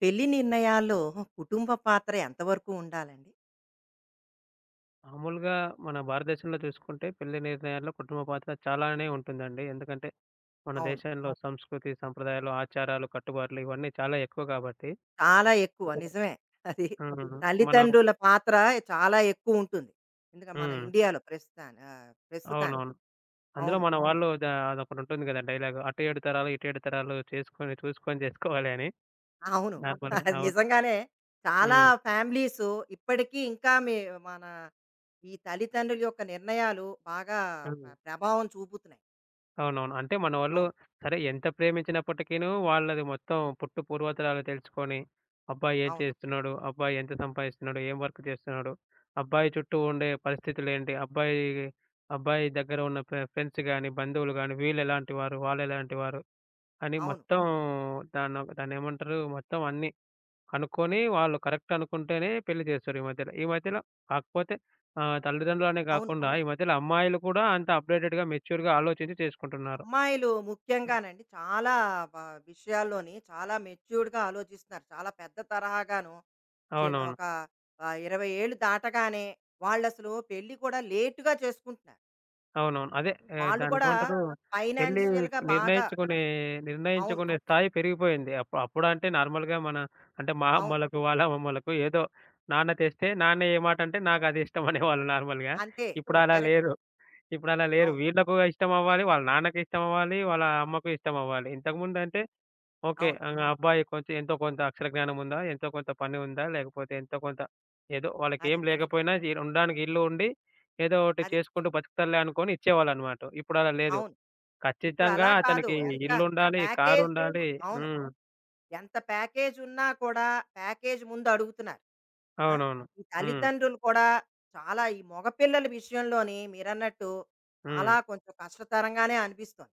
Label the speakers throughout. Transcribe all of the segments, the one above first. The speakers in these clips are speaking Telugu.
Speaker 1: పెళ్లి నిర్ణయాల్లో కుటుంబ పాత్ర ఎంతవరకు ఉండాలండి?
Speaker 2: మామూలుగా మన భారతదేశంలో చూసుకుంటే పెళ్లి నిర్ణయాల్లో కుటుంబ పాత్ర చాలానే ఉంటుందండి. ఎందుకంటే మన
Speaker 1: అవును.
Speaker 2: దేశంలో సంస్కృతి, సంప్రదాయాలు, ఆచారాలు, కట్టుబాట్లు ఇవన్నీ చాలా ఎక్కువ కాబట్టి
Speaker 1: చాలా ఎక్కువ నిజమే. అది
Speaker 2: అది. హ్మ్. మనం.
Speaker 1: తల్లిదండ్రుల పాత్ర చాలా ఎక్కువుంటుంది. ఎందుకంటే మన
Speaker 2: హ్మ్.
Speaker 1: ఇండియాలో ప్రస్తుతాని ప్రస్తుతానికి.
Speaker 2: అవునవును. అందులో
Speaker 1: అవును.
Speaker 2: మన అవును. వాళ్ళు ద అదొకటుంటుంది కదా! డైలాగు, "అటు 7 తరాలు, ఇటు 7 తరాలు చేసుకొని చూసుకొని చేసుకోవాలి" అని.
Speaker 1: అవును.
Speaker 2: అవును, నార్మల్‌గా.
Speaker 1: అది
Speaker 2: అవును.
Speaker 1: నిజంగానే చాలా
Speaker 2: హ్మ్.
Speaker 1: ఫ్యామిలీస్ ఇప్పటికీ ఇంకా మీ మన ఈ తల్లిదండ్రుల యొక్క నిర్ణయాలు బాగా
Speaker 2: హ్మ్.
Speaker 1: ప్రభావం చూపుతున్నాయి.
Speaker 2: అవునవును. అంటే మనోళ్ళు
Speaker 1: అవును.
Speaker 2: సరే ఎంత ప్రేమించినప్పటికీను వాళ్ళది మొత్తం పుట్టు పూర్వోత్తరాలు తెలుసుకొని, అబ్బాయి ఏం
Speaker 1: అవును.
Speaker 2: చేస్తున్నాడు? అబ్బాయి ఎంత సంపాదిస్తున్నాడు? ఏం వర్క్ చేస్తున్నాడు? అబ్బాయి చుట్టూ ఉండే పరిస్థితులేంటి? అబ్బాయి, అబ్బాయి దగ్గర ఉన్న ఫ్రెండ్స్ గాని, బంధువులు గాని వీళ్ళెలాంటి వారు? వాళ్ళెలాంటి వారు? అని
Speaker 1: అవును.
Speaker 2: మొత్తం దాన్నేమంటారు? మొత్తం అన్నీ కనుక్కొని వాళ్ళు కరెక్ట్ అనుకుంటేనే పెళ్లి చేస్తారు ఈ మధ్యలో. ఈ మధ్యలో కాకపోతే తల్లిదండ్రులనే
Speaker 1: అవును.
Speaker 2: గాకుండా అవును. ఈ మధ్యలో అమ్మాయిలు కూడా అంత అప్‌డేటెడ్‌గా, మెచ్యూర్‌గా ఆలోచించి చేసుకుంటున్నారు.
Speaker 1: అమ్మాయిలు ముఖ్యంగానండి చాలా వ విషయాల్లోని చాలా మెచ్యూర్డ్‌గా ఆలోచిస్తున్నారు. చాలా పెద్ద తరహాగాను చిన్న
Speaker 2: అవునవును.
Speaker 1: ఒక 20 ఏళ్ళు దాటగానే వాళ్ళసలు పెళ్లి కూడా లేట్‌గా చేసుకుంటున్నారు.
Speaker 2: అవునవును. అదే,
Speaker 1: వాళ్ళు కూడా
Speaker 2: దాన్నేమంటారు? పెళ్లి
Speaker 1: ఫైనాన్షియల్‌గా బాగా
Speaker 2: నిర్ణయించుకునే
Speaker 1: అవును.
Speaker 2: నిర్ణయించుకునే స్థాయి పెరిగిపోయింది. అప్పుడంటే నార్మల్‌గా మన, అంటే మా
Speaker 1: అవును.
Speaker 2: అమ్మోళ్ళకు, వాళ్ళ అమ్మమ్మోళ్ళకు ఏదో నాన్న తెస్తే, నాన్న ఏ మాటంటే నాకది ఇష్టం అనేవాళ్ళు నార్మల్‌గా.
Speaker 1: అంతే.
Speaker 2: ఇప్పుడలా
Speaker 1: కరెక్ట్.
Speaker 2: లేరు. ఇప్పుడలా లేరు.
Speaker 1: అవును.
Speaker 2: వీళ్ళకు ఇష్టమవ్వాలి, వాళ్ళ నాన్నకి ఇష్టమవ్వాలి, వాళ్ళ అమ్మకు ఇష్టమవ్వాలి. ఇంతకుముందంటే ఓకే.
Speaker 1: అవును.
Speaker 2: ఇంగ అబ్బాయి కొంచెం ఎంతో కొంత అక్షర జ్ఞానం ఉందా? ఎంతో కొంత పని ఉందా? లేకపోతే ఎంతో కొంత ఏదో
Speaker 1: అది.
Speaker 2: వాళ్ళకేం లేకపోయినా ఉండడానికి ఇల్లు ఉండి, ఏదో ఒకటి
Speaker 1: అది.
Speaker 2: చేసుకుంటూ బతుకుతారులే అనుకోని ఇచ్చేవాళ్ళనమాట. ఇప్పుడు అలా లేదు.
Speaker 1: అవును.
Speaker 2: ఖచ్చితంగా
Speaker 1: ఇప్పుడలా కాదు.
Speaker 2: అతనికి
Speaker 1: ఎంత
Speaker 2: ఇల్లుండాలి,
Speaker 1: ప్యాకేజ్
Speaker 2: కారుండాలి.
Speaker 1: అవును.
Speaker 2: హ్మ్.
Speaker 1: ఎంత ప్యాకేజ్ ఉన్నా కూడా ప్యాకేజ్ ముందడుగుతున్నారు. ఆ?
Speaker 2: అవునవును.
Speaker 1: ఈ
Speaker 2: హ్మ్.
Speaker 1: తల్లిదండ్రులు కూడా చాలా ఈ మగపిల్లల విషయంలోని మీరన్నట్టు
Speaker 2: హ్మ్.
Speaker 1: చాలా కొంచెం కష్టతరంగానే అనిపిస్తుంది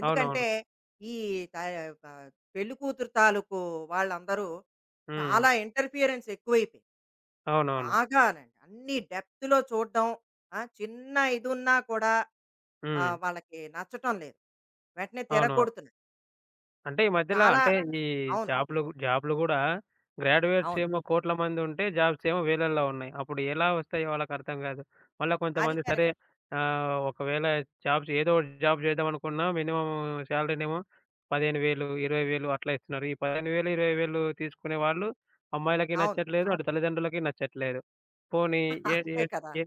Speaker 1: ఎందుకంటే
Speaker 2: అవునవును.
Speaker 1: ఈ త- ఆ, పెళ్లి కూతురు తాలూకు వాళ్ళందరూ
Speaker 2: హ్మ్.
Speaker 1: చాలా ఇంటర్ఫియరెన్స్ ఎక్కువైపోయి
Speaker 2: అవునవును.
Speaker 1: బాగానండి అన్ని డెప్త్లో చూడడం ఆ, చిన్న ఇది ఉన్నా కూడా ఆ,
Speaker 2: హ్మ్.
Speaker 1: వాళ్ళకి నచ్చటం లేదు వెంటనే
Speaker 2: అవునవును.
Speaker 1: తిరగొడుతున్నారు
Speaker 2: అంటే ఈ మధ్యల
Speaker 1: చాలా
Speaker 2: అంటే అలానే. ఈ
Speaker 1: అవును
Speaker 2: జాబ్‌లు జాబ్‌లు గూడా గ్రాడ్యుయేట్స్
Speaker 1: అవును
Speaker 2: ఏమో కోట్ల మంది ఉంటే జాబ్స్ ఏమో వేలల్లో ఉన్నాయి. అప్పుడు ఎలా వస్తాయో వాళ్ళకర్థం కాదు. మళ్ళా
Speaker 1: అది
Speaker 2: కొంతమంది సరే,
Speaker 1: కరెక్ట్
Speaker 2: ఒకవేళ జాబ్స్ ఏదో ఒకటి జాబ్ చేద్దాం అనుకున్నా మినిమమ్ సాలరీనేమో 15,000, 20,000 అట్లా ఇస్తున్నారు. ఈ 15,000, 20,000 తీసుకునే వాళ్ళు అమ్మాయిలకి
Speaker 1: అవును
Speaker 2: నచ్చట్లేదు. అటు అవును, తల్లిదండ్రులకి నచ్చట్లేదు. పోనీ ఏ ఏ
Speaker 1: అంతే కదా
Speaker 2: ఏ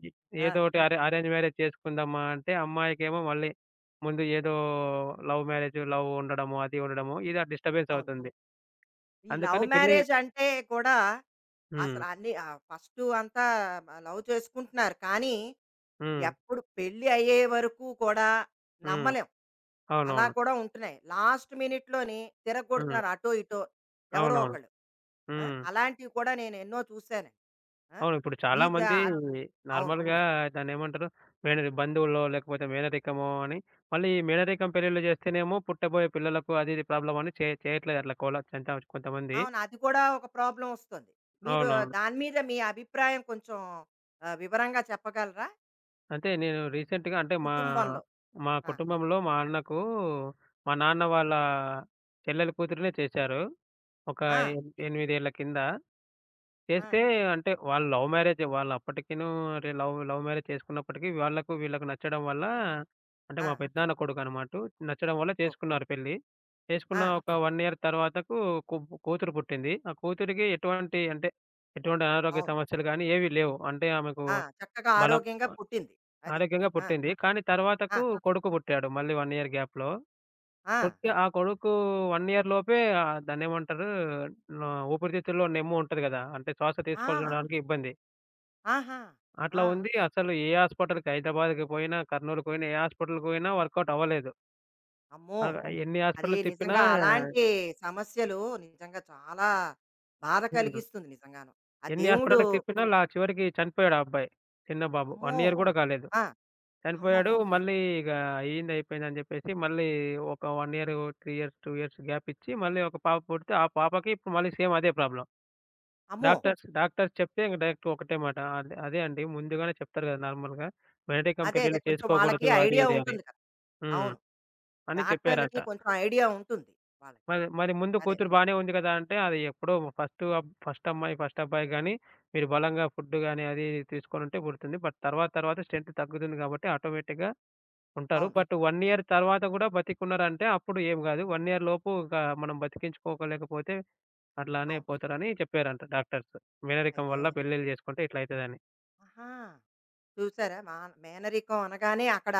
Speaker 1: ఆ,
Speaker 2: ఏదో ఒకటి అరేంజ్ మ్యారేజ్ చేసుకుందామా అంటే అమ్మాయికేమో మళ్ళీ ముందు ఏదో లవ్ మ్యారేజ్, లవ్ ఉండడము, అది ఉండడము, ఇది డిస్టర్బెన్స్
Speaker 1: అవును
Speaker 2: అవుతుంది.
Speaker 1: ఈ లవ్
Speaker 2: అందుకని పెళ్లి.
Speaker 1: మ్యారేజ్ అంటే కూడా
Speaker 2: హ్మ్.
Speaker 1: అసలు అన్ని ఫస్టు అంతా మ లవ్ చేసుకుంటున్నారు. కానీ,
Speaker 2: హ్మ్.
Speaker 1: ఎప్పుడు పెళ్లి అయ్యే వరకు కూడా
Speaker 2: హ్మ్.
Speaker 1: నమ్మలేం. అలా
Speaker 2: అవునవును.
Speaker 1: కూడా ఉంటున్నాయి. లాస్ట్ మినిట్‌లోని
Speaker 2: హ్మ్.
Speaker 1: తిరగొడుతున్నారు అటో ఇటో ఎవరో
Speaker 2: అవునవును.
Speaker 1: ఒకళ్ళు. ఆ!
Speaker 2: హ్మ్.
Speaker 1: అలాంటివి కూడా నేను ఎన్నో చూసాను. ఆ!
Speaker 2: అవును. ఇప్పుడు చాలా
Speaker 1: మీద
Speaker 2: మంది
Speaker 1: అద్ అవును.
Speaker 2: నార్మల్‌గా దాన్నేమంటారు? మేనరి బంధువుల్లో లేకపోతే మేనరికమో అని మళ్ళీ మేనరికం పెళ్లిళ్ళు చేస్తేనేమో పుట్టబోయే పిల్లలకు అది ఇది ప్రాబ్లమ్ అని చేయట్లేదు అట్లా కోల చంచ కొంతమంది.
Speaker 1: అవును. అది కూడా ఒక ప్రాబ్లమ్ ఒస్తుంది. మీరు
Speaker 2: అవునవును.
Speaker 1: దాని మీద మీ అభిప్రాయం కొంచెం వివరంగా చెప్పగలరా?
Speaker 2: అంటే నేను రీసెంట్‌గా అంటే మా
Speaker 1: కుటుంబంలో.
Speaker 2: మా
Speaker 1: ఆ!
Speaker 2: కుటుంబంలో మా అన్నకు మా నాన్న వాళ్ళ చెల్లెలు కూతురినే చేశారు. ఒక
Speaker 1: ఆ!
Speaker 2: 8 ఏళ్ల కింద
Speaker 1: ఆ!
Speaker 2: చేస్తే, అంటే వాళ్ళు లవ్ మ్యారేజే. వాళ్ళప్పటికిను అంటే లవ్ లవ్ మ్యారేజ్ చేసుకున్నప్పటికీ వాళ్ళకు వీళ్ళకి నచ్చడం వల్ల,
Speaker 1: ఆ!
Speaker 2: అంటే
Speaker 1: ఆ!
Speaker 2: మా పెద్దనాన్న కొడుకనమాటు. నచ్చడం వల్ల
Speaker 1: ఓహ్!
Speaker 2: చేసుకున్నారు పెళ్లి.
Speaker 1: ఆ!
Speaker 2: చేసుకున్న ఒక 1 ఇయర్ తర్వాతకు, కు కూతురు పుట్టింది. ఆ కూతురికి ఎటువంటి అంటే ఎటువంటి అనారోగ్య
Speaker 1: అవును.
Speaker 2: సమస్యలు గానీ ఏవి లేవు. అంటే ఆమెకు
Speaker 1: ఆ! చక్కగా
Speaker 2: బలం,
Speaker 1: ఆరోగ్యంగా పుట్టింది. అది.
Speaker 2: ఆరోగ్యంగా
Speaker 1: ఆ!
Speaker 2: పుట్టింది. కానీ
Speaker 1: ఆ!
Speaker 2: తర్వాతకు కొడుకు పుట్టాడు మళ్ళీ 1 ఇయర్ గ్యాప్‌లో.
Speaker 1: ఆ!
Speaker 2: కొడుక్కి, ఆ కొడుకు 1 ఇయర్ లోపే దాన్నేమంటారు, న ఊపిరితిత్తుల్లో నెమ్ము ఉంటది గదా! అంటే శ్వాస అవును,
Speaker 1: ఆ!
Speaker 2: తీసుకోవడానికి ఇబ్బంది.
Speaker 1: ఆహా! ఆ!
Speaker 2: అట్లా ఉంది. అవును. అసలు ఏ హాస్పిటల్‌కి, హైదరాబాద్‌కి పోయినా, కర్నూల్‌కి పోయినా, ఏ హాస్పిటల్‌కి పోయినా వర్కౌట్ అవ్వలేదు.
Speaker 1: అమ్మో!
Speaker 2: ఆహ్, ఎన్ని
Speaker 1: అది
Speaker 2: హాస్పిటల్‌లు తిప్పినా
Speaker 1: నిజంగా
Speaker 2: నిజంగా కాదు.
Speaker 1: అలాంటి సమస్యలు నిజంగా చాలా బాధ
Speaker 2: హ్మ్.
Speaker 1: కలిగిస్తుంది నిజంగాను. ఆ
Speaker 2: ఎన్ని
Speaker 1: దేవుడు
Speaker 2: హాస్పిటల్‌కి తిప్పినా లా చివరికి చనిపోయాడు ఆ అబ్బాయి. చిన్న బాబు. 1
Speaker 1: అమ్మో!
Speaker 2: ఇయర్ గూడా ఓహ్! కాలేదు.
Speaker 1: ఆ! అమ్మ
Speaker 2: చనిపోయాడు.
Speaker 1: బాబోయ్!
Speaker 2: మళ్ళీ ఇగ అయింది అయిపోయిందని జెప్పేసి మళ్ళీ ఒక 1 ఇయర్, 3 ఇయర్స్, 2 ఇయర్స్ గ్యాప్ ఇచ్చి మళ్ళీ ఒక పాప పుడితే, ఆ పాపకి ఇప్పుడు మళ్ళీ సేమ్ అదే ప్రాబ్లమ్.
Speaker 1: అమ్మో!
Speaker 2: డాక్టర్స్ డాక్టర్స్ చెప్తే ఇంక డైరెక్ట్ ఒకటే మాట. అదే అదే అండి. ముందుగానే చెప్తారు కదా, నార్మల్‌గా. వెనటికం
Speaker 1: అదే అదే
Speaker 2: పెళ్లిళ్లు
Speaker 1: కొంచెం వాళ్ళకి
Speaker 2: చేసుకోకూడదు అది
Speaker 1: ఐడియా
Speaker 2: ఇది అని.
Speaker 1: ఉంటుంది కదా!
Speaker 2: హ్మ్.
Speaker 1: అవును.
Speaker 2: అని చెప్పారట.
Speaker 1: డాక్టర్‌లకి కొంచెం ఐడియా ఉంటుంది వాళ్ళకి.
Speaker 2: మరి మరి ముందు
Speaker 1: అదే.
Speaker 2: కూతురు బానే ఉంది కదా! అంటే అది ఎప్పుడో ఫస్ట్ ఫస్ట్ అమ్మాయి, ఫస్ట్ అబ్బాయి గాని మీరు బలంగా ఫుడ్ గాని అది ఇది తీసుకొనుంటే పుడుతుంది. బట్ తర్వాత తర్వాత స్ట్రెంత్ తగ్గుతుంది కాబట్టి ఆటోమేటిక్‌గా ఉంటారు.
Speaker 1: అవును.
Speaker 2: బట్ 1 ఇయర్ తర్వాత కూడా బతికున్నారంటే అప్పుడు ఏం కాదు. 1 ఇయర్ లోపు ఇక మనం బతికించుకోలేకపోతే అట్లానే
Speaker 1: అవును.
Speaker 2: పోతారని చెప్పారంట డాక్టర్స్. మేనరికం
Speaker 1: అయ్యో!
Speaker 2: వల్ల పెళ్లిళ్లు చేసుకుంటే ఇట్లా అయితదని.
Speaker 1: ఆహా! చూసారా? మా మేనరికం అనగానే అక్కడ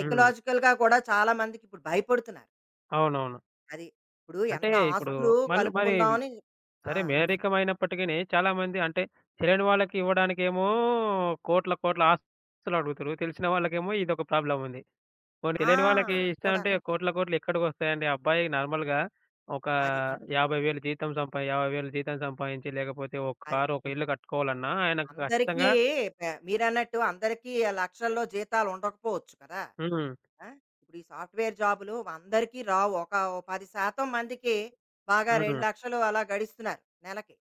Speaker 2: హ్మ్.
Speaker 1: కూడా చాలా మందికి ఇప్పుడు భయపడుతున్నారు.
Speaker 2: అవునవును.
Speaker 1: అది. ఇప్పుడు
Speaker 2: అంటే
Speaker 1: ఎంత
Speaker 2: ఇప్పుడు
Speaker 1: ఆస్తులు
Speaker 2: మళ్ళీ మరి
Speaker 1: కలుపుకుందామని ఆ!
Speaker 2: సరే, మేనరికమైనప్పటికిని చాలామంది అంటే తెలియని వాళ్ళకి ఇవ్వడానికేమో కోట్ల, కోట్ల ఆస్తులు అడుగుతుర్రు. తెలిసిన వాళ్ళకేమో ఇదొక ప్రాబ్లమ్ ఉంది. పోనీ
Speaker 1: ఆ!
Speaker 2: తెలియని వాళ్ళకి
Speaker 1: అది
Speaker 2: ఇస్తామంటే
Speaker 1: కూడాను.
Speaker 2: కోట్ల, కోట్లు ఎక్కడికొస్తాయండి? అబ్బాయి నార్మల్‌గా ఒక
Speaker 1: అది.
Speaker 2: 50,000 జీతం 50,000 జీతం సంపాదించి లేకపోతే ఒక
Speaker 1: అది.
Speaker 2: కారు, ఒక ఇల్లు కట్టుకోవాలన్నా ఆయనకు
Speaker 1: అందరికీ
Speaker 2: ఖచ్చితంగా.
Speaker 1: పె మీరన్నట్టు అందరికీ లక్షల్లో జీతాలు ఉండకపోవచ్చు కదా!
Speaker 2: హ్మ్.
Speaker 1: ఆ! ఇప్పుడు ఈ సాఫ్ట్‌వేర్ జాబులు అందరికీ రావు. ఒక ఓ 10% మందికి బాగా
Speaker 2: హ్మ్.
Speaker 1: 2,00,000 అలా గడిస్తున్నారు నెలకి.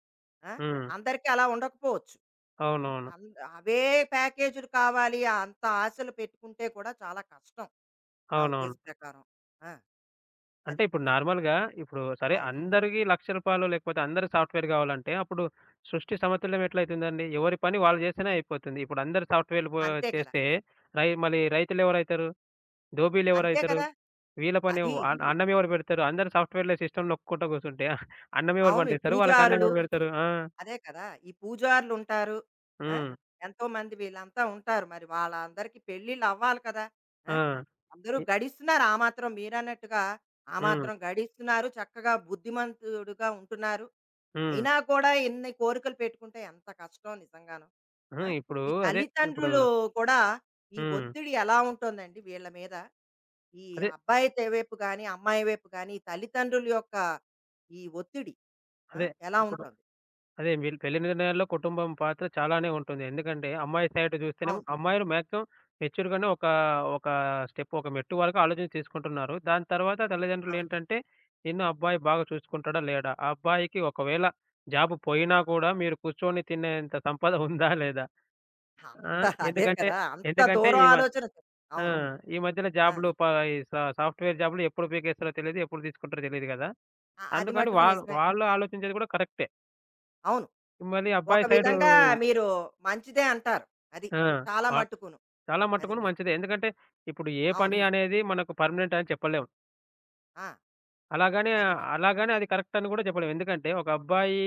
Speaker 1: ఆ!
Speaker 2: హ్మ్.
Speaker 1: అందరికీ అలా ఉండకపోవచ్చు. అం-
Speaker 2: అవునవును.
Speaker 1: అం- అవే ప్యాకేజీలు కావాలి అంత ఆశలు పెట్టుకుంటే కూడా చాలా కష్టం నా ఉద్దేశ
Speaker 2: అవునవును.
Speaker 1: ప్రకారం ఆ,
Speaker 2: అంటే
Speaker 1: అది
Speaker 2: ఇప్పుడు నార్మల్‌గా ఇప్పుడు సరే,
Speaker 1: అవును
Speaker 2: అందరికి రూ. 1,00,000 లేకపోతే అందరి సాఫ్ట్‌వేర్ కావాలంటే అప్పుడు సృష్టి సమతుల్యం ఎట్లయితుందండి? ఎవరి పని వాళ్ళు చేస్తేనే అయిపోతుంది. ఇప్పుడు అందరు సాఫ్ట్‌వేర్‌లు
Speaker 1: అంతే కదా
Speaker 2: చేస్తే మళ్ళీ రైతులెవరైతారు?
Speaker 1: అంతే
Speaker 2: ధోబీలెవరైతారు?
Speaker 1: కదా
Speaker 2: వీళ్ళ పని
Speaker 1: అది
Speaker 2: అవును, అన్నం ఎవరు పెడతారు? అందరు సాఫ్ట్‌వేర్‌ల సిస్టమ్‌లు నొక్కుంట కూర్చుంటే అన్నం ఎవరు
Speaker 1: అవును ఈ
Speaker 2: పండిస్తారు? వాళ్ళకి అన్నం
Speaker 1: పూజారులు
Speaker 2: ఎవరు పెడతారు? ఆ!
Speaker 1: అదే కదా! ఈ పూజారులు ఉంటారు. ఆ!
Speaker 2: హ్మ్.
Speaker 1: ఎంతోమంది వీళ్ళంతా ఉంటారు. మరి వాళ్ళందరికీ పెళ్ళిళ్ళు అవ్వాలి కదా! ఆ!
Speaker 2: ఆ!
Speaker 1: అందరూ
Speaker 2: ఇ
Speaker 1: గడిస్తున్నారు. ఆ మాత్రం మీరన్నట్టుగా ఆ
Speaker 2: హ్మ్.
Speaker 1: మాత్రం గడిస్తున్నారు. చక్కగా బుద్ధిమంతుడుగా ఉంటున్నారు.
Speaker 2: హ్మ్.
Speaker 1: అయినా కూడా ఇన్ని కోరికలు పెట్టుకుంటే ఎంత కష్టం నిజంగాను. ఆ!
Speaker 2: హ్మ్. ఇప్పుడు
Speaker 1: ఈ
Speaker 2: అదే, ఇప్పుడు.
Speaker 1: తల్లిదండ్రులు కూడా ఈ
Speaker 2: హ్మ్.
Speaker 1: ఒత్తిడి ఎలా ఉంటుందండి వీళ్ళ మీద? ఈ
Speaker 2: అదే.
Speaker 1: అబ్బాయి తే వైపు గాని, అమ్మాయి వైపు గాని, ఈ తల్లిదండ్రుల యొక్క ఈ ఒత్తిడి ఆ!
Speaker 2: అదే.
Speaker 1: ఎలా
Speaker 2: ఇప్పుడు
Speaker 1: ఉంటుంది?
Speaker 2: అదే వీళ్ళు పెళ్లి నిర్ణయాల్లో కుటుంబం పాత్ర చాలానే ఉంటుంది. ఎందుకంటే అమ్మాయి సైడ్ చూస్తేనేమో
Speaker 1: అవును.
Speaker 2: అమ్మాయిలు మాక్సిమం మెచ్యూర్‌గానే ఒక, ఒక స్టెప్, ఒక మెట్టు వరకు ఆలోచన తీసుకుంటున్నారు. దాని తర్వాత
Speaker 1: అవును.
Speaker 2: తల్లిదండ్రులేంటంటే, నిన్ను అబ్బాయి బాగా చూసుకుంటాడా? లేడా? ఆ అబ్బాయికి ఒకవేళ జాబ్ పోయినా కూడా మీరు కూర్చొని తినేంత సంపద ఉందా? లేదా? ఆ!
Speaker 1: అంత అదే
Speaker 2: ఎందుకంటే,
Speaker 1: కదా! అంత
Speaker 2: ఎందుకంటే
Speaker 1: దూరం
Speaker 2: ఈ మ
Speaker 1: ఆలోచన. చెప్-
Speaker 2: ఆ!
Speaker 1: అవును.
Speaker 2: ఈ మధ్యలో
Speaker 1: ఆ!
Speaker 2: జాబ్‌లు ప ఈ స సాఫ్ట్‌వేర్ జాబ్‌లు ఎప్పుడు పీకేస్తారో తెలీదు. ఎప్పుడు తీసుకుంటారో తెలీదు కదా!
Speaker 1: అది
Speaker 2: అందుకని అవును,
Speaker 1: మట్టుకు
Speaker 2: వాళ్ళు,
Speaker 1: నిజమే.
Speaker 2: వాళ్ళు ఆలోచించేది కూడా కరెక్టే.
Speaker 1: అవును.
Speaker 2: మళ్ళీ
Speaker 1: ఒక
Speaker 2: అబ్బాయి సైడు.
Speaker 1: విధంగా మీరు మంచిదే అంటారు. అది.
Speaker 2: ఆ!
Speaker 1: చాలా
Speaker 2: ఆ!
Speaker 1: మట్టుకును.
Speaker 2: చాలా
Speaker 1: అది.
Speaker 2: మట్టుకును మంచిదే. ఎందుకంటే, ఇప్పుడు ఏ
Speaker 1: అవును.
Speaker 2: పని అనేది మనకు పర్మనెంట్ అని చెప్పలేం.
Speaker 1: ఆ!
Speaker 2: అలాగనే
Speaker 1: అది.
Speaker 2: అలాగనే అది కరెక్ట్ అని గూడా చెప్పలేం. ఎందుకంటే, ఒక అబ్బాయి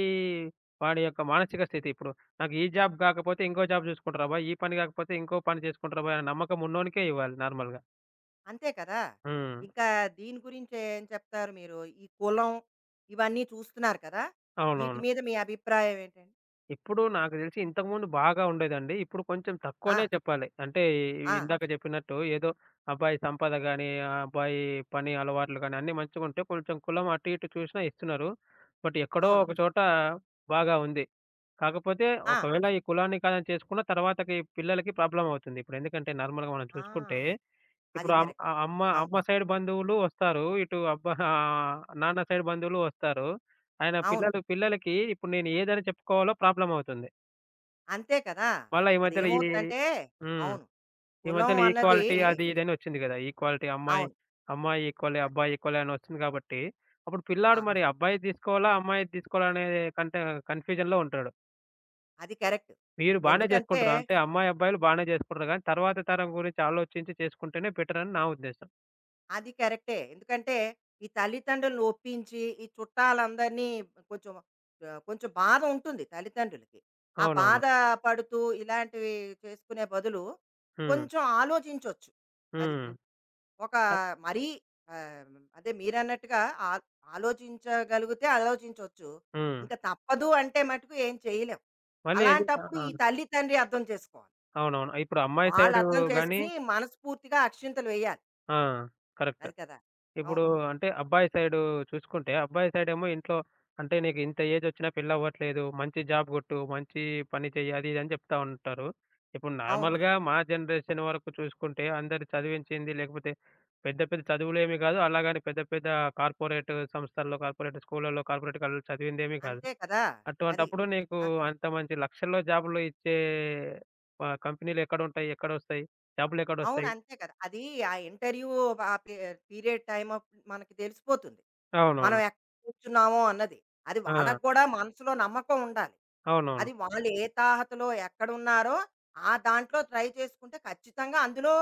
Speaker 2: వాడి యొక్క మానసిక స్థితి ఇప్పుడు, నాకు ఈ జాబ్ గాకపోతే ఇంకో జాబ్ జూసుకుంటారా అబ్బాయి, ఈ పని గాకపోతే ఇంకో పని చేసుకుంటారా అబ్బాయి అనే నమ్మకం ఉన్నోనికే ఇవ్వాలి నార్మల్‌గా.
Speaker 1: అంతే కదా!
Speaker 2: హ్మ్.
Speaker 1: ఇంకా దీని గురించి ఏం చెప్తారు మీరు? ఈ కులం ఇవన్నీ చూస్తున్నారు కదా! వీటి
Speaker 2: అవునవును.
Speaker 1: మీద మీ అభిప్రాయం ఏంటండి?
Speaker 2: ఇప్పుడు నాకు తెలిసి ఇంతకుముందు బాగా ఉండేదండి. ఇప్పుడు కొంచెం
Speaker 1: ఆ!
Speaker 2: తక్కువనే చెప్పాలి. అంటే ఈ,
Speaker 1: ఆ!
Speaker 2: ఇందాక చెప్పినట్టు ఏదో అబ్బాయి గాని, అబ్బాయి పని అలవాట్లు గాని అన్నీ మంచిగుంటే కొంచెం కులం అటు ఇటు చూసినా ఇస్తున్నారు. బట్ ఎక్కడో
Speaker 1: అవును.
Speaker 2: ఒక అవును, చోట బాగా ఉంది. కాకపోతే
Speaker 1: ఆ!
Speaker 2: ఒకవేళ ఈ కులాన్ని కాదని చేసుకున్న తర్వాతకి పిల్లలకి ప్రాబ్లమ్ అవుతుంది. ఇప్పుడు ఎందుకంటే నార్మల్‌గా మనం
Speaker 1: ఆ!
Speaker 2: చూసుకుంటే
Speaker 1: అది
Speaker 2: ఇప్పుడు అమ్
Speaker 1: కరెక్ట్.
Speaker 2: ఆ అమ్మ
Speaker 1: అవును.
Speaker 2: అమ్మ సైడ్ బంధువులు వస్తారు. ఇటు నాన్న సైడ్ బంధువులు వస్తారు. ఆయన
Speaker 1: అవును.
Speaker 2: పిల్లలకి ఇప్పుడు నేను ఏదని చెప్పుకోవాలో ప్రాబ్లమ్ అవుతుంది.
Speaker 1: అంతే కదా!
Speaker 2: మళ్ళా ఈ మధ్యలో ఈ,
Speaker 1: అదేమవుతుందంటే
Speaker 2: హ్మ్.
Speaker 1: అవును.
Speaker 2: ఈ
Speaker 1: కులం
Speaker 2: మధ్యలో
Speaker 1: అన్నది
Speaker 2: ఈక్వాలిటీ అది అది ఇదని వచ్చింది గదా! ఈక్వాలిటీ అమ్మాయి,
Speaker 1: అవును.
Speaker 2: అమ్మాయి ఈక్వలే,
Speaker 1: అది.
Speaker 2: అబ్బాయి ఈక్వలే అని వచ్చింది కాబట్టి, అప్పుడు
Speaker 1: ఆ!
Speaker 2: పిల్లాడు మరి అబ్బాయిది తీసుకోవాలా? అమ్మాయిది తీసుకోవాలా? అనే కంటే కన్‌ఫ్యూజన్‌లో ఉంటాడు.
Speaker 1: అది కరెక్ట్.
Speaker 2: మీరు బానే
Speaker 1: ఎందుకంటే
Speaker 2: చేసుకుంటున్నారు. అంటే అమ్మాయి, అబ్బాయిలు బానే చేసుకుంటున్నారు గానీ, తర్వాత తరం గురించి ఆలోచించి చేసుకుంటేనే బెటర్ అని నా ఉద్దేశం.
Speaker 1: అది కరెక్టే. ఎందుకంటే ఈ తల్లిదండ్రులను ఒప్పించి, ఈ చుట్టాలందరినీ కొంచెం కొంచెం బాధ ఉంటుంది తల్లిదండ్రులకి. ఆ
Speaker 2: అవునవును.
Speaker 1: బాధ పడుతూ ఇలాంటివి చేసుకునే బదులు
Speaker 2: హ్మ్.
Speaker 1: కొంచెం ఆలోచించొచ్చు. అది.
Speaker 2: హ్మ్.
Speaker 1: ఒక
Speaker 2: అద్
Speaker 1: మరీ ఆహ్, అదే మీరన్నట్టుగా ఆ ఆలోచించగలిగితే ఆలోచించొచ్చు.
Speaker 2: హ్మ్.
Speaker 1: ఇంక తప్పదు అంటే మటుకు ఏం చేయలేం.
Speaker 2: మళ్ళీ అది ఆ!
Speaker 1: అలాంటప్పుడు ఈ తల్లి, తండ్రి అర్థం చేసుకోవాలి.
Speaker 2: అవునవును. ఇప్పుడు అమ్మాయి
Speaker 1: వాళ్ళు
Speaker 2: సైడు
Speaker 1: అర్థం
Speaker 2: అర్థం గాని
Speaker 1: చేసుకుని మనస్ఫూర్తిగా అక్షింతలు వేయాలి.
Speaker 2: ఆ! కరెక్ట్.
Speaker 1: అది కదా!
Speaker 2: ఇప్పుడు
Speaker 1: అవును.
Speaker 2: అంటే అబ్బాయి సైడు చూసుకుంటే, అబ్బాయి సైడేమో ఇంట్లో, అంటే నీకు ఇంత ఏజొచ్చినా పెళ్లవ్వట్లేదు. మంచి జాబ్ గొట్టు, మంచి పని చెయ్యి అది ఇది అని చెప్తా ఉంటారు. ఇప్పుడు normal అవును.
Speaker 1: అవును.
Speaker 2: నార్మల్‌గా మా జనరేషన్ వరకు చూసుకుంటే అందరు చదివించింది లేకపోతే పెద్ద పెద్ద చదువులేమి గాదు. అలాగని పెద్ద పెద్ద కార్పొరేట్ సంస్థల్లో, కార్పొరేట్ స్కూళ్ళల్లో, కార్పొరేట్ కాలేజ్‌లో చదివిందేమీ కాదు.
Speaker 1: అంతే కదా! అది.
Speaker 2: అటువంటప్పుడు నీకు
Speaker 1: ఆ!
Speaker 2: అంత మంచి లక్షల్లో జాబులు ఇచ్చే కంపెనీలెక్కడుంటాయి? ఎక్కడొస్తాయి?
Speaker 1: అవును.
Speaker 2: జాబులెక్కడొస్తాయి?
Speaker 1: అంతే కదా! అది ఆ ఇంటర్వ్యూ ఆ పి పీరియడ్ టైమ్ అప్ మనకి తెలిసిపోతుంది. మనం
Speaker 2: అవునవును.
Speaker 1: ఎక్కడ కూర్చున్నామో అన్నది. అది
Speaker 2: ఆ!
Speaker 1: వాళ్ళకి కూడా మనసులో నమ్మకం ఉండాలి.
Speaker 2: అవునవును.
Speaker 1: అది వాళ్ళు ఏ తాహతలో ఎక్కడున్నారో ఆ దాంట్లో ట్రై చేసుకుంటే ఖచ్చితంగా అందులో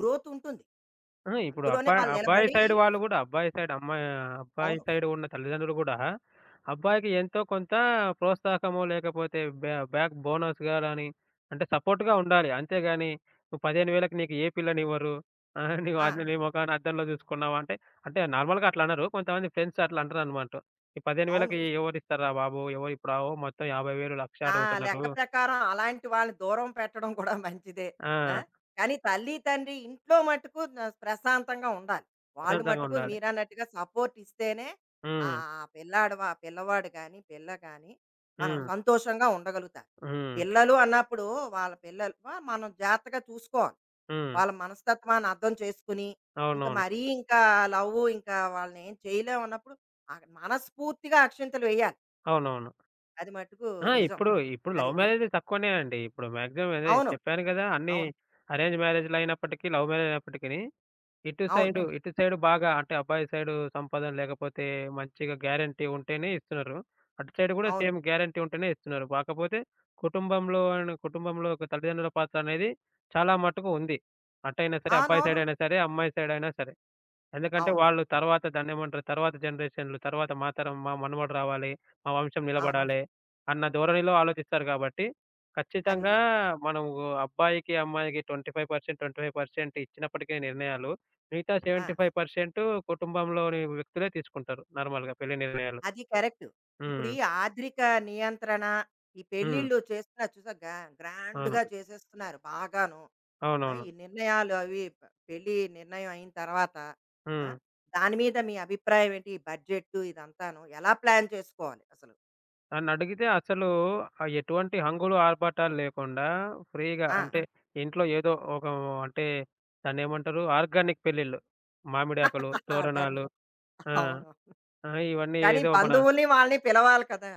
Speaker 1: గ్రోత్ ఉంటుంది.
Speaker 2: ఆ! ఇప్పుడు
Speaker 1: అందులోనే
Speaker 2: అబ్బాయి, హ్మ్.
Speaker 1: వాళ్ళు
Speaker 2: అబ్బాయి
Speaker 1: నిలబడి
Speaker 2: సైడ్ వాళ్ళు గూడా, అబ్బాయి
Speaker 1: అవును.
Speaker 2: సైడ్ ఉన్న తల్లిదండ్రులు గూడా, అబ్బాయికి ఎంతో కొంత ప్రోత్సాహమో లేకపోతే బ్యాక్ బోనస్‌గా గాని, అంటే సపోర్ట్‌గా ఉండాలి. అంతేగాని, "నువ్వు 15,000కి నీకు ఏ పిల్లనివ్వరు. ఆహా! నువ్వు
Speaker 1: ఆ!
Speaker 2: అది నీ మొఖాన అద్దంలో చూసుకున్నావా" అంటే, అంటే నార్మల్‌గా అట్లా అనరు. కొంతమంది ఫ్రెండ్స్ అట్లా అంటారనమాట. "ఈ
Speaker 1: అవును.
Speaker 2: 15,000కి ఎవరిస్తారురా బాబు! ఎవరిప్పుడు ఆవో మొత్తం 50,000, 1,00,000
Speaker 1: ఆ!
Speaker 2: అడుగుతున్నారు."
Speaker 1: లెక్క ప్రకారం అలాంటి వాళ్ళని దూరం పెట్టడం కూడా మంచిదే.
Speaker 2: ఆ!
Speaker 1: ఆ!
Speaker 2: అవును.
Speaker 1: కానీ తల్లి, తండ్రి ఇంట్లో మట్టుకు న ప్రశాంతంగా ఉండాలి. వాళ్ళు
Speaker 2: ప్రశాంతంగా
Speaker 1: మట్టుకు
Speaker 2: ఉండాలి.
Speaker 1: మీరన్నట్టుగా సపోర్ట్ ఇస్తేనే
Speaker 2: హ్మ్.
Speaker 1: పిల్లాడు వ పిల్లవాడు గాని, పిల్ల గాని
Speaker 2: హ్మ్.
Speaker 1: మనం
Speaker 2: అవును.
Speaker 1: సంతోషంగా ఉండగలుగుతారు.
Speaker 2: హ్మ్.
Speaker 1: పిల్లలు అన్నప్పుడు వాళ్ళ పిల్లలు వ మనం జాగ్రత్తగా చూసుకోవాలి.
Speaker 2: హ్మ్.
Speaker 1: వాళ్ళ మనస్తత్వాన్ని అర్థం చేసుకుని, ఇంక
Speaker 2: అవునవును.
Speaker 1: మరీ ఇంకా లవ్వు ఇంకా వాళ్ళని ఏం చేయలేమన్నప్పుడు మనస్ఫూర్తిగా అక్షింతలు వేయాలి.
Speaker 2: అవునవును.
Speaker 1: అది మట్టుకు
Speaker 2: ఆ!
Speaker 1: నిజం.
Speaker 2: ఇప్పుడు, ఇప్పుడు
Speaker 1: అది.
Speaker 2: లవ్ మ్యారేజ్ తక్కువనే అండి. ఇప్పుడు మాక్సిమం అదే
Speaker 1: అవును.
Speaker 2: చెప్పాను గదా, అన్నీ
Speaker 1: అవును.
Speaker 2: అరేంజ్ మ్యారేజ్‌లయినప్పటికీ, లవ్ మ్యారేజయినప్పటికిని, ఇటు
Speaker 1: అవును.
Speaker 2: సైడు, హ్మ్. ఇటు సైడు బాగా అంటే అబ్బాయి సైడు సంపాదన లేకపోతే మంచిగా గ్యారంటీ ఉంటేనే ఇస్తున్నారు. అటు సైడ్ గూడా
Speaker 1: అవును.
Speaker 2: సేమ్ గ్యారంటీ ఉంటేనే ఇస్తున్నారు. కాకపోతే కుటుంబంలో ఒక తల్లిదండ్రుల పాత్ర అనేది చాలా మటుకు ఉంది. అటైనా సరే, అబ్బాయి ఆహా!
Speaker 1: అవునవును.
Speaker 2: సైడయినా సరే, అమ్మాయి సైడయినా సరే. ఎందుకంటే
Speaker 1: అవును.
Speaker 2: వాళ్ళు తర్వాత దాన్నేమంటారు? తర్వాత జనరేషన్‌లు తర్వాత మా తరం మా మనుమడు రావాలి, మా వంశం
Speaker 1: అవును.
Speaker 2: నిలబడాలి అన్న ధోరణిలో ఆలోచిస్తారు కాబట్టి,
Speaker 1: అది.
Speaker 2: ఖచ్చితంగా మనం అబ్బాయికి, అమ్మాయికి 25%, 25% ఇచ్చినప్పటికీ నిర్ణయాలు మిగతా
Speaker 1: ఆ!
Speaker 2: 75% కుటుంబంలోని వ్యక్తులే తీసుకుంటారు నార్మల్‌గా పెళ్లి నిర్ణయాలు.
Speaker 1: అది కరెక్టు. ఇప్పుడు
Speaker 2: హ్మ్.
Speaker 1: ఈ ఆద్రిక నియంత్రణ, ఈ
Speaker 2: హ్మ్.
Speaker 1: పెళ్ళిళ్ళు చేస్తున్నారు చూసావా గ
Speaker 2: అవును.
Speaker 1: గ్రాండ్‌గా చేసేస్తున్నారు బాగాను. ఆ!
Speaker 2: అవునవును.
Speaker 1: ఈ నిర్ణయాలు అవి ప పెళ్లి నిర్ణయం అయిన తర్వాత ఆ!
Speaker 2: హ్మ్.
Speaker 1: దాని మీద మీ అభిప్రాయం ఏంటి? ఈ బడ్జెట్టు ఇదంతాను ఎలా ప్లాన్ చేసుకోవాలి అసలు?
Speaker 2: నన్నడిగితే అసలు ఎటువంటి హంగులు, ఆర్భాటాలు లేకుండా ఫ్రీగా
Speaker 1: ఆ!
Speaker 2: అంటే, ఇంట్లో ఏదో ఒక అంటే దాన్నేమంటారు? ఆర్గానిక్ పెళ్ళిళ్ళు. మామిడాకులు,
Speaker 1: ఆర్గాని
Speaker 2: తోరణాలు. ఆ!
Speaker 1: అవును.
Speaker 2: ఆ! ఇవన్నీ
Speaker 1: కానీ
Speaker 2: ఏదో మన.
Speaker 1: బంధువుల్ని వాళ్ళని పిలవాలి కదా!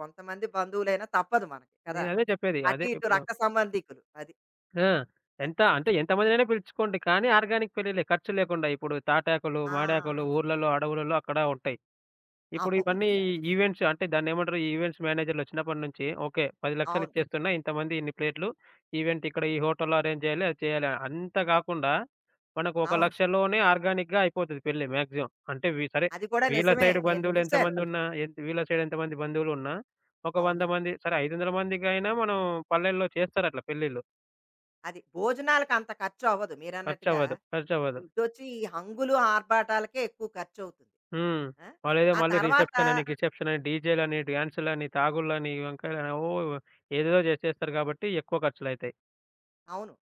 Speaker 1: కొంతమంది బంధువులైనా తప్పదు మనకి కదా!
Speaker 2: నేనదే చెప్పేది.
Speaker 1: అటు
Speaker 2: అదే
Speaker 1: ఇటు
Speaker 2: ఇప్పుడు.
Speaker 1: రక్త సంబంధీకులు. అది.
Speaker 2: ఆ! ఎంత అంటే ఎంతమందినైనా పిలుచుకోండి. కానీ ఆర్గానిక్ పెళ్ళిళ్ళే ఖర్చు లేకుండా. ఇప్పుడు తాటాకులు,
Speaker 1: ఆ!
Speaker 2: మాడాకులు ఊర్లలో, అడవులలో అక్కడ ఉంటాయి. ఇప్పుడు
Speaker 1: అవును.
Speaker 2: ఇవన్నీ
Speaker 1: కరెక్టే.
Speaker 2: ఈవెంట్స్ అంటే దాన్నేమంటారు? ఈవెంట్స్ మేనేజర్‌లు వచ్చినప్పటి నుంచి ఓకే. 10,00,000
Speaker 1: అవును.
Speaker 2: ఇచ్చేస్తున్నా. ఇంతమంది ఇన్ని ప్లేట్లు. ఈవెంట్ ఇక్కడ ఈ హోటల్‌లో అరేంజ్ చేయాలి. అది చేయాలి. అని. అంత కాకుండా మనకు ఒక అవును,
Speaker 1: అవును.
Speaker 2: లక్షలోనే ఆర్గానిక్‌గా అయిపోతది పెళ్లి మాక్సిమం. అంటే సరే,
Speaker 1: అది కూడా
Speaker 2: వీళ్ళ కరెక్టే.
Speaker 1: నిజమే.
Speaker 2: సైడ్
Speaker 1: నేను
Speaker 2: బంధువులు
Speaker 1: చూసాను.
Speaker 2: ఎంతమంది నిజం. ఉన్నా వీళ్ళ సైడ్ ఎంతమంది బంధువులున్నా ఒక
Speaker 1: అవును.
Speaker 2: 100 మంది సరే 500 మందికైనా మనం పల్లెల్లో చేస్తారట్లా పెళ్ళిళ్ళు.
Speaker 1: అది భోజనాలకంత ఖర్చవ్వదు మీరన్నట్టుగా.
Speaker 2: ఖర్చవ్వదు. ఖర్చవ్వదు.
Speaker 1: ఇటొచ్చి ఈ హంగులు, ఆర్భాటాలకే ఎక్కువ ఖర్చవుతుంది.
Speaker 2: హ్మ్.
Speaker 1: ఆ!
Speaker 2: వాళ్ళేదో
Speaker 1: ఆ
Speaker 2: మళ్ళీ
Speaker 1: తర్వాత
Speaker 2: రిసెప్షన్ అని, గిసెప్షన్ అని, డీజేలని, డాన్సులని, తాగుళ్ళని, ఈ వంకాయలని ఓ ఏదేదో చేసేస్తారు కాబట్టి ఎక్కువ ఖర్చులయితాయి.
Speaker 1: అవును.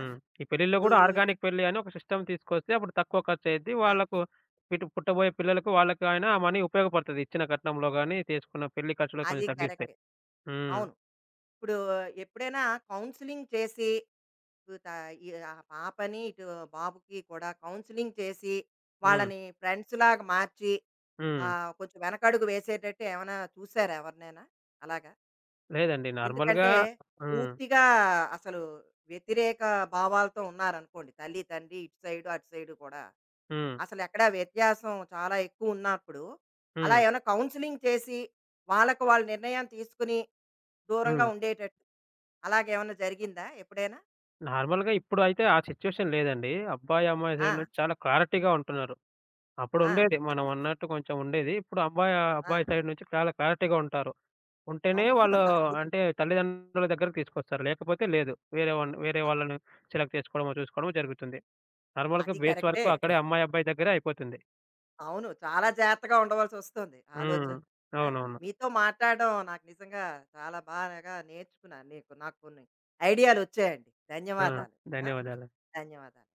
Speaker 1: ఆ!
Speaker 2: ఈ పెళ్ళిలో
Speaker 1: ఇప్పుడు
Speaker 2: గూడా ఆర్గానిక్ పెళ్లి అని ఒక సిస్టమ్ తీసుకొస్తే అప్పుడు తక్కువ ఖర్చయిద్ది.
Speaker 1: ఆ!
Speaker 2: వాళ్ళకు ఇటు పుట్టబోయే పిల్లలకు వాళ్ళకైనా ఆ మనీ ఉపయోగపడతది. ఇచ్చిన కట్నంలో గాని, తీసుకున్న పెళ్లి ఖర్చులో
Speaker 1: అది
Speaker 2: కొంచెం తగ్గిస్తే.
Speaker 1: కరెక్టే.
Speaker 2: హ్మ్.
Speaker 1: అవును. ఇప్పుడు ఎప్పుడైనా కౌన్సెలింగ్ చేసి ఇప్పుడు త ఈ ఆ పాపని, ఇటు బాబుకి కూడా కౌన్సెలింగ్ చేసి
Speaker 2: హ్మ్.
Speaker 1: వాళ్ళని ఫ్రెండ్స్‌లాగా మార్చి ఆ!
Speaker 2: హ్మ్.
Speaker 1: కొంచెం వెనకడుగు వేసేటట్టు ఏమైనా చూసారా ఎవరినైనా? అలాగా.
Speaker 2: లేదండి. నార్మల్‌గా.
Speaker 1: ఎందుకంటే
Speaker 2: హ్మ్.
Speaker 1: పూర్తిగా అసలు వ్యతిరేక భావాలతో ఉన్నారనుకోండి. తల్లి, తండ్రి ఇటు సైడు, అటు సైడు కూడా.
Speaker 2: హ్మ్.
Speaker 1: అసలెక్కడ వ్యత్యాసం చాలా ఎక్కువున్నప్పుడు, అలా
Speaker 2: హ్మ్.
Speaker 1: ఏమైనా కౌన్సెలింగ్ చేసి, వాళ్ళకి వాళ్ళు నిర్ణయం తీసుకుని దూరంగా
Speaker 2: హ్మ్.
Speaker 1: ఉండేటట్టు అలాగేమన్నా జరిగిందా ఎప్పుడైనా?
Speaker 2: నార్మల్‌గా ఇప్పుడైతే ఆ సిట్యుయేషన్ లేదండి. అబ్బాయి, అమ్మాయి
Speaker 1: ఆ!
Speaker 2: సైడ్ నుంచి చాలా క్లారిటీగా ఉంటున్నారు.
Speaker 1: ఆ!
Speaker 2: అప్పుడుండేది. మనమన్నట్టు కొంచెం ఉండేది. ఇప్పుడు అబ్బాయి,
Speaker 1: ఆ!
Speaker 2: అబ్బాయి సైడ్ నుంచి చాలా క్లారిటీగా ఉంటారు. ఉంటేనే
Speaker 1: అవును.
Speaker 2: వాళ్ళు
Speaker 1: అది.
Speaker 2: అంటే తల్లిదండ్రుల దగ్గరకి తీసుకొస్తారు. లేకపోతే లేదు. వేరే వాడిని వేరే వాళ్ళని సెలెక్ట్ చేసుకోవడమో, చూసుకోవడమో జరుగుతుంది. నార్మల్‌గా
Speaker 1: అది
Speaker 2: బేస్
Speaker 1: కరెక్టే.
Speaker 2: వరకు అక్కడే అమ్మాయి, అబ్బాయి దగ్గరే అయిపోతుంది.
Speaker 1: అవును. చాలా జాగ్రత్తగా ఉండవలసొస్తుంది
Speaker 2: హ్మ్.
Speaker 1: ఆలోచన. ఆ!
Speaker 2: అవునవును.
Speaker 1: మీతో మాట్లాడడం నాకు నిజంగా చాలా బాగా నేర్చుకున్నాను. నీకు నాకు కొన్ని ఐడియాలొచ్చాయండి.
Speaker 2: ఆ!
Speaker 1: ధన్యవాదాలు. ఆ!
Speaker 2: ధన్యవాదాలు.
Speaker 1: ధన్యవాదాలు.